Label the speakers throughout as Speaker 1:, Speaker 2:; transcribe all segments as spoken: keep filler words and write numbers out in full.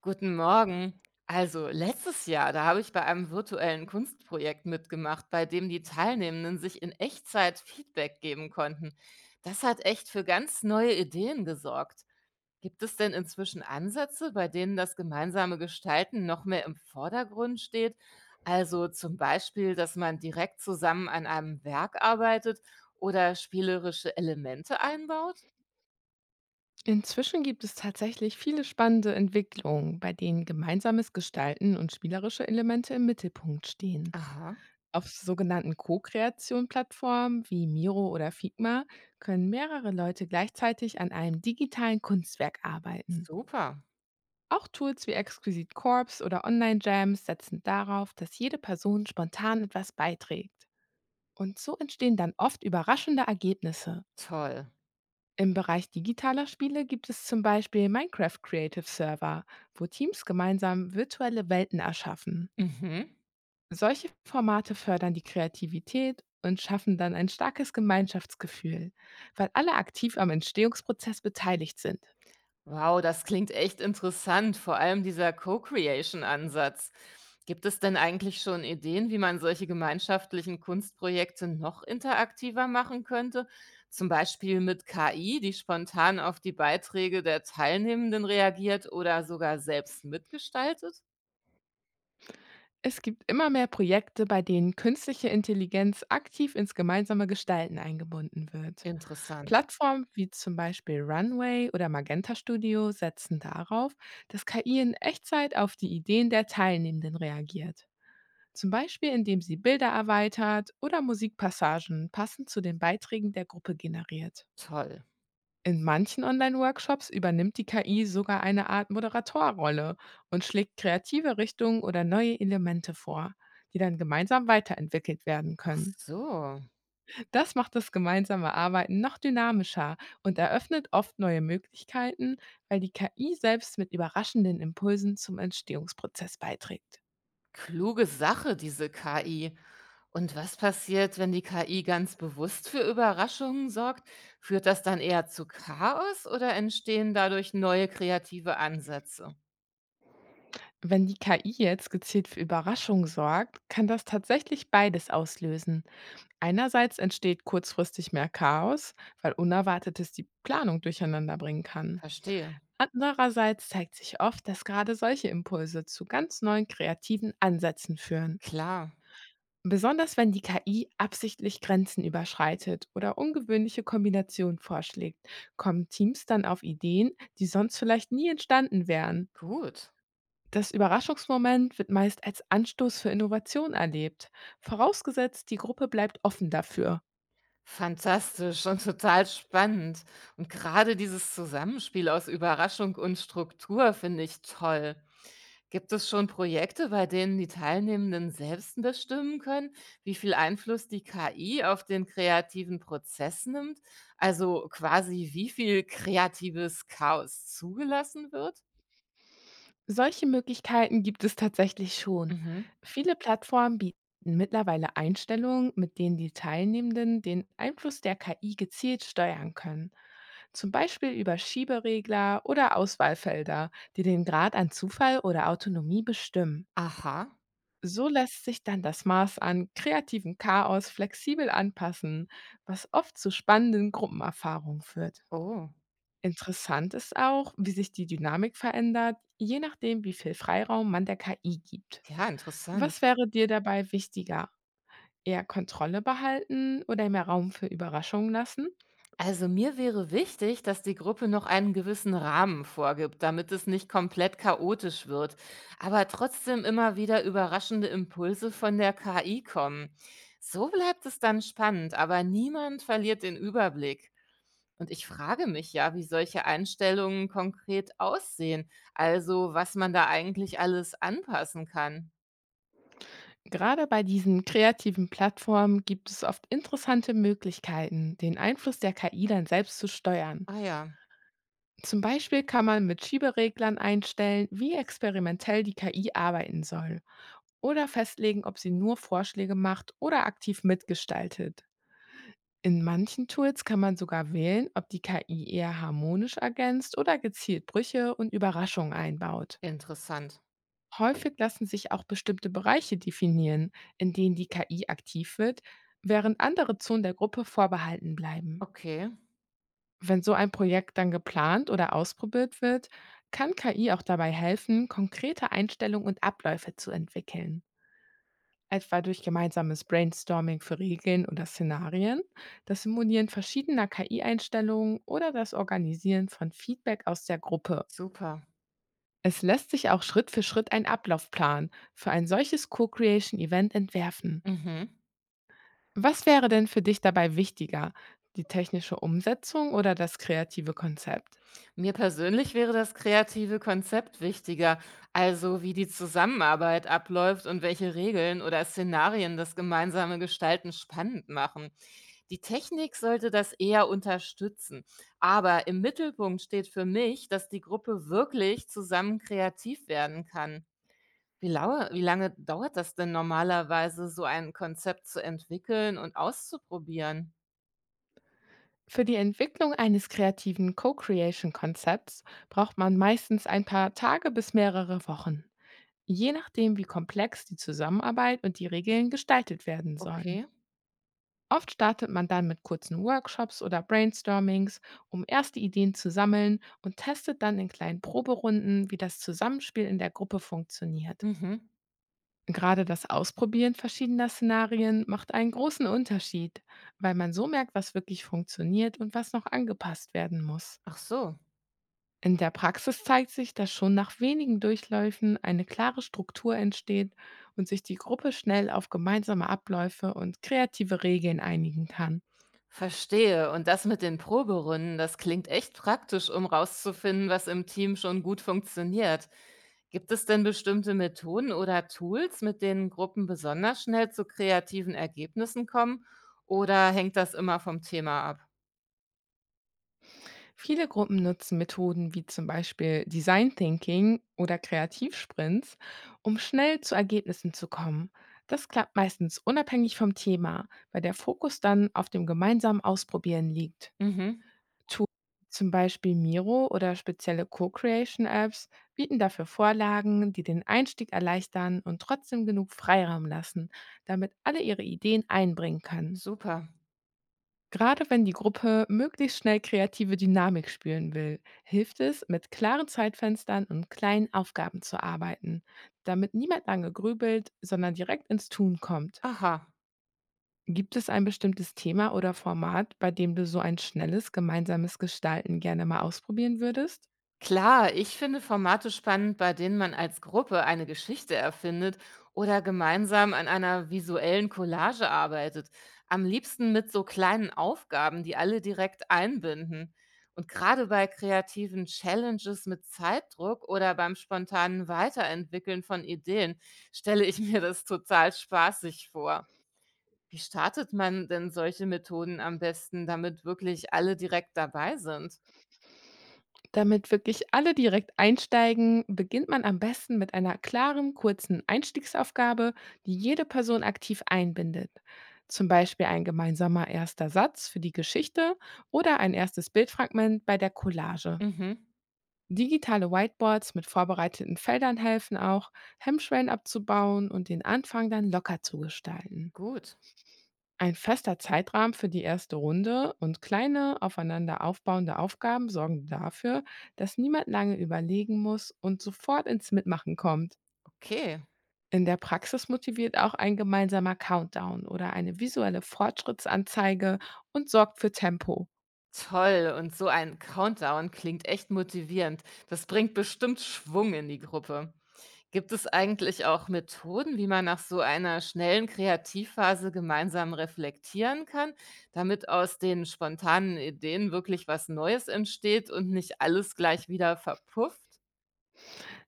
Speaker 1: Guten Morgen. Also letztes Jahr, da habe ich bei einem virtuellen Kunstprojekt mitgemacht, bei dem die Teilnehmenden sich in Echtzeit Feedback geben konnten. Das hat echt für ganz neue Ideen gesorgt. Gibt es denn inzwischen Ansätze, bei denen das gemeinsame Gestalten noch mehr im Vordergrund steht? Also zum Beispiel, dass man direkt zusammen an einem Werk arbeitet oder spielerische Elemente einbaut?
Speaker 2: Inzwischen gibt es tatsächlich viele spannende Entwicklungen, bei denen gemeinsames Gestalten und spielerische Elemente im Mittelpunkt stehen.
Speaker 1: Aha,
Speaker 2: Auf sogenannten Co-Kreation-Plattformen wie Miro oder Figma können mehrere Leute gleichzeitig an einem digitalen Kunstwerk arbeiten.
Speaker 1: super,
Speaker 2: Auch Tools wie Exquisite Corps oder Online-Jams setzen darauf, dass jede Person spontan etwas beiträgt. Und so entstehen dann oft überraschende Ergebnisse.
Speaker 1: toll.
Speaker 2: Im Bereich digitaler Spiele gibt es zum Beispiel Minecraft Creative Server, wo Teams gemeinsam virtuelle Welten erschaffen.
Speaker 1: Mhm.
Speaker 2: Solche Formate fördern die Kreativität und schaffen dann ein starkes Gemeinschaftsgefühl, weil alle aktiv am Entstehungsprozess beteiligt sind.
Speaker 1: Wow, das klingt echt interessant, vor allem dieser Co-Creation-Ansatz. Gibt es denn eigentlich schon Ideen, wie man solche gemeinschaftlichen Kunstprojekte noch interaktiver machen könnte? Zum Beispiel mit K I, die spontan auf die Beiträge der Teilnehmenden reagiert oder sogar selbst mitgestaltet?
Speaker 2: Es gibt immer mehr Projekte, bei denen künstliche Intelligenz aktiv ins gemeinsame Gestalten eingebunden wird.
Speaker 1: Interessant.
Speaker 2: Plattformen wie zum Beispiel Runway oder Magenta Studio setzen darauf, dass K I in Echtzeit auf die Ideen der Teilnehmenden reagiert. Zum Beispiel indem sie Bilder erweitert oder Musikpassagen passend zu den Beiträgen der Gruppe generiert.
Speaker 1: Toll.
Speaker 2: In manchen Online-Workshops übernimmt die K I sogar eine Art Moderatorrolle und schlägt kreative Richtungen oder neue Elemente vor, die dann gemeinsam weiterentwickelt werden
Speaker 1: Ach
Speaker 2: können.
Speaker 1: so.
Speaker 2: Das macht das gemeinsame Arbeiten noch dynamischer und eröffnet oft neue Möglichkeiten, weil die K I selbst mit überraschenden Impulsen zum Entstehungsprozess beiträgt.
Speaker 1: Kluge Sache, diese K I. Und was passiert, wenn die K I ganz bewusst für Überraschungen sorgt? Führt das dann eher zu Chaos oder entstehen dadurch neue kreative Ansätze?
Speaker 2: Wenn die K I jetzt gezielt für Überraschung sorgt, kann das tatsächlich beides auslösen. Einerseits entsteht kurzfristig mehr Chaos, weil Unerwartetes die Planung durcheinander bringen kann.
Speaker 1: Verstehe.
Speaker 2: Andererseits zeigt sich oft, dass gerade solche Impulse zu ganz neuen kreativen Ansätzen führen.
Speaker 1: Klar.
Speaker 2: Besonders wenn die K I absichtlich Grenzen überschreitet oder ungewöhnliche Kombinationen vorschlägt, kommen Teams dann auf Ideen, die sonst vielleicht nie entstanden wären.
Speaker 1: Gut.
Speaker 2: Das Überraschungsmoment wird meist als Anstoß für Innovation erlebt, vorausgesetzt die Gruppe bleibt offen dafür.
Speaker 1: Fantastisch und total spannend. Und gerade dieses Zusammenspiel aus Überraschung und Struktur finde ich toll. Gibt es schon Projekte, bei denen die Teilnehmenden selbst bestimmen können, wie viel Einfluss die K I auf den kreativen Prozess nimmt? Also quasi, wie viel kreatives Chaos zugelassen wird?
Speaker 2: Solche Möglichkeiten gibt es tatsächlich schon.
Speaker 1: Mhm.
Speaker 2: Viele Plattformen bieten mittlerweile Einstellungen, mit denen die Teilnehmenden den Einfluss der K I gezielt steuern können. Zum Beispiel über Schieberegler oder Auswahlfelder, die den Grad an Zufall oder Autonomie bestimmen.
Speaker 1: Aha.
Speaker 2: So lässt sich dann das Maß an kreativem Chaos flexibel anpassen, was oft zu spannenden Gruppenerfahrungen führt.
Speaker 1: Oh,
Speaker 2: Interessant ist auch, wie sich die Dynamik verändert, je nachdem, wie viel Freiraum man der K I gibt.
Speaker 1: ja, interessant.
Speaker 2: Was wäre dir dabei wichtiger? Eher Kontrolle behalten oder mehr Raum für Überraschungen lassen?
Speaker 1: Also mir wäre wichtig, dass die Gruppe noch einen gewissen Rahmen vorgibt, damit es nicht komplett chaotisch wird, aber trotzdem immer wieder überraschende Impulse von der K I kommen. So bleibt es dann spannend, aber niemand verliert den Überblick. Und ich frage mich ja, wie solche Einstellungen konkret aussehen, also was man da eigentlich alles anpassen kann.
Speaker 2: Gerade bei diesen kreativen Plattformen gibt es oft interessante Möglichkeiten, den Einfluss der K I dann selbst zu steuern.
Speaker 1: Ah ja,
Speaker 2: Zum Beispiel kann man mit Schiebereglern einstellen, wie experimentell die K I arbeiten soll oder festlegen, ob sie nur Vorschläge macht oder aktiv mitgestaltet. In manchen Tools kann man sogar wählen, ob die K I eher harmonisch ergänzt oder gezielt Brüche und Überraschungen einbaut.
Speaker 1: interessant.
Speaker 2: Häufig lassen sich auch bestimmte Bereiche definieren, in denen die K I aktiv wird, während andere Zonen der Gruppe vorbehalten bleiben.
Speaker 1: Okay,
Speaker 2: Wenn so ein Projekt dann geplant oder ausprobiert wird, kann K I auch dabei helfen, konkrete Einstellungen und Abläufe zu entwickeln. Etwa durch gemeinsames Brainstorming für Regeln oder Szenarien, das Simulieren verschiedener K I-Einstellungen oder das Organisieren von Feedback aus der Gruppe.
Speaker 1: super.
Speaker 2: Es lässt sich auch Schritt für Schritt ein Ablaufplan für ein solches Co-Creation-Event entwerfen.
Speaker 1: Mhm.
Speaker 2: Was wäre denn für dich dabei wichtiger, die technische Umsetzung oder das kreative Konzept?
Speaker 1: Mir persönlich wäre das kreative Konzept wichtiger, also wie die Zusammenarbeit abläuft und welche Regeln oder Szenarien das gemeinsame Gestalten spannend machen. Die Technik sollte das eher unterstützen, aber im Mittelpunkt steht für mich, dass die Gruppe wirklich zusammen kreativ werden kann. Wie, laue, wie lange dauert das denn normalerweise, so ein Konzept zu entwickeln und auszuprobieren?
Speaker 2: Für die Entwicklung eines kreativen Co-Creation-Konzepts braucht man meistens ein paar Tage bis mehrere Wochen, je nachdem, wie komplex die Zusammenarbeit und die Regeln gestaltet werden sollen.
Speaker 1: Okay.
Speaker 2: Oft startet man dann mit kurzen Workshops oder Brainstormings, um erste Ideen zu sammeln und testet dann in kleinen Proberunden, wie das Zusammenspiel in der Gruppe funktioniert.
Speaker 1: Mhm.
Speaker 2: Gerade das Ausprobieren verschiedener Szenarien macht einen großen Unterschied, weil man so merkt, was wirklich funktioniert und was noch angepasst werden muss.
Speaker 1: Ach so.
Speaker 2: In der Praxis zeigt sich, dass schon nach wenigen Durchläufen eine klare Struktur entsteht und sich die Gruppe schnell auf gemeinsame Abläufe und kreative Regeln einigen kann.
Speaker 1: Verstehe. Und das mit den Proberunden, das klingt echt praktisch, um rauszufinden, was im Team schon gut funktioniert. Gibt es denn bestimmte Methoden oder Tools, mit denen Gruppen besonders schnell zu kreativen Ergebnissen kommen? Oder hängt das immer vom Thema ab?
Speaker 2: Viele Gruppen nutzen Methoden wie zum Beispiel Design Thinking oder Kreativsprints, um schnell zu Ergebnissen zu kommen. Das klappt meistens unabhängig vom Thema, weil der Fokus dann auf dem gemeinsamen Ausprobieren liegt.
Speaker 1: Mhm.
Speaker 2: Tools wie zum Beispiel Miro oder spezielle Co-Creation-Apps bieten dafür Vorlagen, die den Einstieg erleichtern und trotzdem genug Freiraum lassen, damit alle ihre Ideen einbringen können.
Speaker 1: Super.
Speaker 2: Gerade wenn die Gruppe möglichst schnell kreative Dynamik spüren will, hilft es, mit klaren Zeitfenstern und kleinen Aufgaben zu arbeiten, damit niemand lange grübelt, sondern direkt ins Tun kommt.
Speaker 1: Aha.
Speaker 2: Gibt es ein bestimmtes Thema oder Format, bei dem du so ein schnelles gemeinsames Gestalten gerne mal ausprobieren würdest?
Speaker 1: Klar, ich finde Formate spannend, bei denen man als Gruppe eine Geschichte erfindet oder gemeinsam an einer visuellen Collage arbeitet. Am liebsten mit so kleinen Aufgaben, die alle direkt einbinden. Und gerade bei kreativen Challenges mit Zeitdruck oder beim spontanen Weiterentwickeln von Ideen stelle ich mir das total spaßig vor. Wie startet man denn solche Methoden am besten, damit wirklich alle direkt dabei sind?
Speaker 2: Damit wirklich alle direkt einsteigen, beginnt man am besten mit einer klaren, kurzen Einstiegsaufgabe, die jede Person aktiv einbindet. Zum Beispiel ein gemeinsamer erster Satz für die Geschichte oder ein erstes Bildfragment bei der Collage.
Speaker 1: Mhm,
Speaker 2: Digitale Whiteboards mit vorbereiteten Feldern helfen auch, Hemmschwellen abzubauen und den Anfang dann locker zu gestalten.
Speaker 1: gut,
Speaker 2: Ein fester Zeitrahmen für die erste Runde und kleine aufeinander aufbauende Aufgaben sorgen dafür, dass niemand lange überlegen muss und sofort ins Mitmachen kommt.
Speaker 1: okay.
Speaker 2: In der Praxis motiviert auch ein gemeinsamer Countdown oder eine visuelle Fortschrittsanzeige und sorgt für Tempo.
Speaker 1: Toll, und so ein Countdown klingt echt motivierend. Das bringt bestimmt Schwung in die Gruppe. Gibt es eigentlich auch Methoden, wie man nach so einer schnellen Kreativphase gemeinsam reflektieren kann, damit aus den spontanen Ideen wirklich was Neues entsteht und nicht alles gleich wieder verpufft?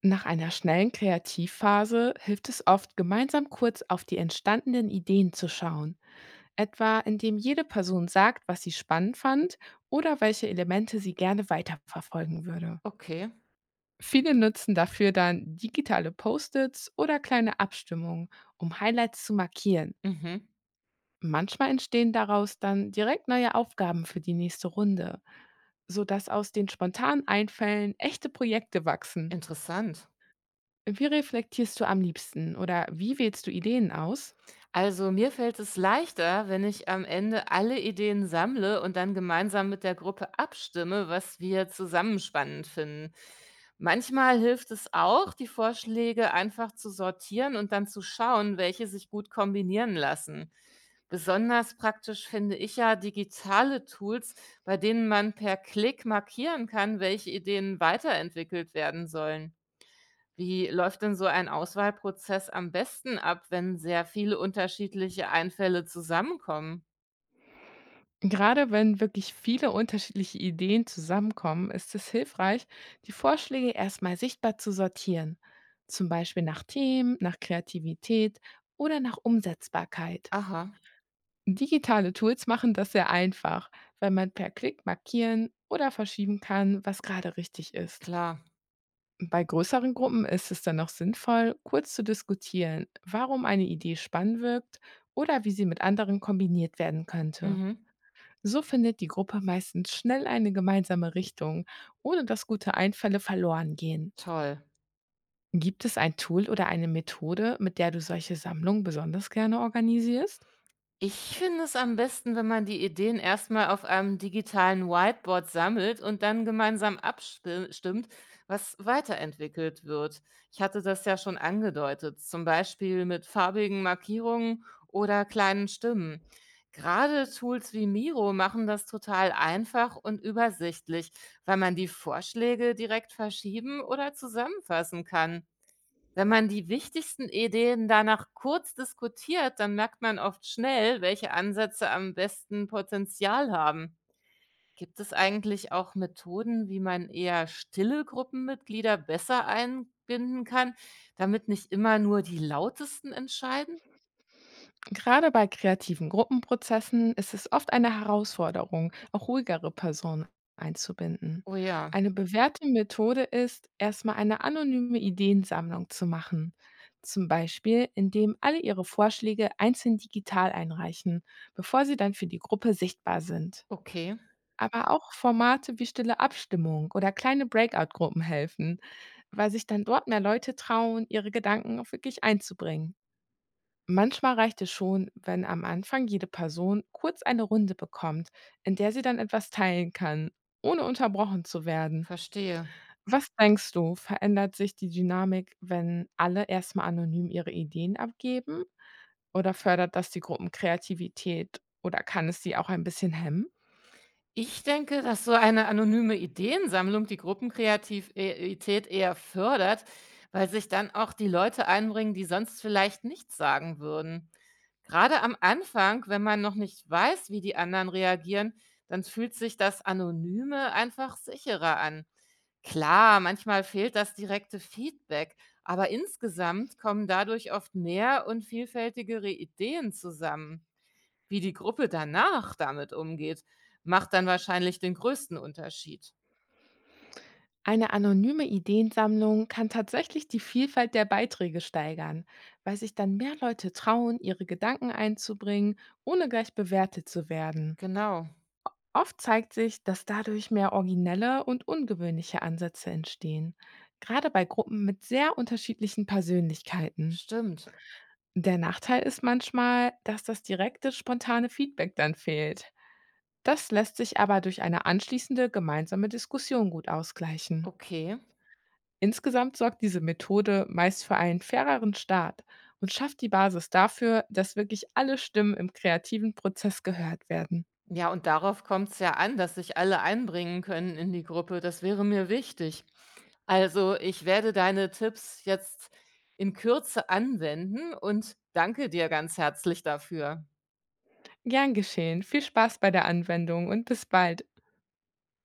Speaker 2: Nach einer schnellen Kreativphase hilft es oft, gemeinsam kurz auf die entstandenen Ideen zu schauen, etwa indem jede Person sagt, was sie spannend fand oder welche Elemente sie gerne weiterverfolgen würde.
Speaker 1: Okay,
Speaker 2: Viele nutzen dafür dann digitale Post-its oder kleine Abstimmungen, um Highlights zu markieren.
Speaker 1: mhm.
Speaker 2: Manchmal entstehen daraus dann direkt neue Aufgaben für die nächste Runde, sodass aus den spontanen Einfällen echte Projekte wachsen.
Speaker 1: Interessant.
Speaker 2: Wie reflektierst du am liebsten oder wie wählst du Ideen aus?
Speaker 1: Also mir fällt es leichter, wenn ich am Ende alle Ideen sammle und dann gemeinsam mit der Gruppe abstimme, was wir zusammen spannend finden. Manchmal hilft es auch, die Vorschläge einfach zu sortieren und dann zu schauen, welche sich gut kombinieren lassen. Besonders praktisch finde ich ja digitale Tools, bei denen man per Klick markieren kann, welche Ideen weiterentwickelt werden sollen. Wie läuft denn so ein Auswahlprozess am besten ab, wenn sehr viele unterschiedliche Einfälle zusammenkommen?
Speaker 2: Gerade wenn wirklich viele unterschiedliche Ideen zusammenkommen, ist es hilfreich, die Vorschläge erstmal sichtbar zu sortieren. Zum Beispiel nach Themen, nach Kreativität oder nach Umsetzbarkeit.
Speaker 1: Aha,
Speaker 2: Digitale Tools machen das sehr einfach, weil man per Klick markieren oder verschieben kann, was gerade richtig ist.
Speaker 1: klar.
Speaker 2: Bei größeren Gruppen ist es dann noch sinnvoll, kurz zu diskutieren, warum eine Idee spannend wirkt oder wie sie mit anderen kombiniert werden könnte.
Speaker 1: Mhm.
Speaker 2: So findet die Gruppe meistens schnell eine gemeinsame Richtung, ohne dass gute Einfälle verloren gehen.
Speaker 1: Toll.
Speaker 2: Gibt es ein Tool oder eine Methode, mit der du solche Sammlungen besonders gerne organisierst?
Speaker 1: Ich finde es am besten, wenn man die Ideen erst mal auf einem digitalen Whiteboard sammelt und dann gemeinsam abstimmt, was weiterentwickelt wird. Ich hatte das ja schon angedeutet, zum Beispiel mit farbigen Markierungen oder kleinen Stimmen. Gerade Tools wie Miro machen das total einfach und übersichtlich, weil man die Vorschläge direkt verschieben oder zusammenfassen kann. Wenn man die wichtigsten Ideen danach kurz diskutiert, dann merkt man oft schnell, welche Ansätze am besten Potenzial haben. Gibt es eigentlich auch Methoden, wie man eher stille Gruppenmitglieder besser einbinden kann, damit nicht immer nur die lautesten entscheiden?
Speaker 2: Gerade bei kreativen Gruppenprozessen ist es oft eine Herausforderung, auch ruhigere Personen einzubinden.
Speaker 1: Oh ja,
Speaker 2: Eine bewährte Methode ist, erstmal eine anonyme Ideensammlung zu machen. Zum Beispiel, indem alle ihre Vorschläge einzeln digital einreichen, bevor sie dann für die Gruppe sichtbar sind.
Speaker 1: okay,
Speaker 2: Aber auch Formate wie stille Abstimmung oder kleine Breakout-Gruppen helfen, weil sich dann dort mehr Leute trauen, ihre Gedanken auch wirklich einzubringen. Manchmal reicht es schon, wenn am Anfang jede Person kurz eine Runde bekommt, in der sie dann etwas teilen kann, ohne unterbrochen zu werden.
Speaker 1: verstehe.
Speaker 2: Was denkst du, verändert sich die Dynamik, wenn alle erstmal anonym ihre Ideen abgeben? Oder fördert das die Gruppenkreativität? Oder kann es sie auch ein bisschen hemmen?
Speaker 1: Ich denke, dass so eine anonyme Ideensammlung die Gruppenkreativität eher fördert, weil sich dann auch die Leute einbringen, die sonst vielleicht nichts sagen würden. Gerade am Anfang, wenn man noch nicht weiß, wie die anderen reagieren, dann fühlt sich das Anonyme einfach sicherer an. Klar, manchmal fehlt das direkte Feedback, aber insgesamt kommen dadurch oft mehr und vielfältigere Ideen zusammen. Wie die Gruppe danach damit umgeht, macht dann wahrscheinlich den größten Unterschied.
Speaker 2: Eine anonyme Ideensammlung kann tatsächlich die Vielfalt der Beiträge steigern, weil sich dann mehr Leute trauen, ihre Gedanken einzubringen, ohne gleich bewertet zu werden.
Speaker 1: Genau,
Speaker 2: Oft zeigt sich, dass dadurch mehr originelle und ungewöhnliche Ansätze entstehen, gerade bei Gruppen mit sehr unterschiedlichen Persönlichkeiten.
Speaker 1: stimmt.
Speaker 2: Der Nachteil ist manchmal, dass das direkte, spontane Feedback dann fehlt. Das lässt sich aber durch eine anschließende gemeinsame Diskussion gut ausgleichen.
Speaker 1: Okay.
Speaker 2: Insgesamt sorgt diese Methode meist für einen faireren Start und schafft die Basis dafür, dass wirklich alle Stimmen im kreativen Prozess gehört werden.
Speaker 1: Ja, und darauf kommt es ja an, dass sich alle einbringen können in die Gruppe. Das wäre mir wichtig. Also, ich werde deine Tipps jetzt in Kürze anwenden und danke dir ganz herzlich dafür.
Speaker 2: Gern geschehen, viel Spaß bei der Anwendung und bis bald.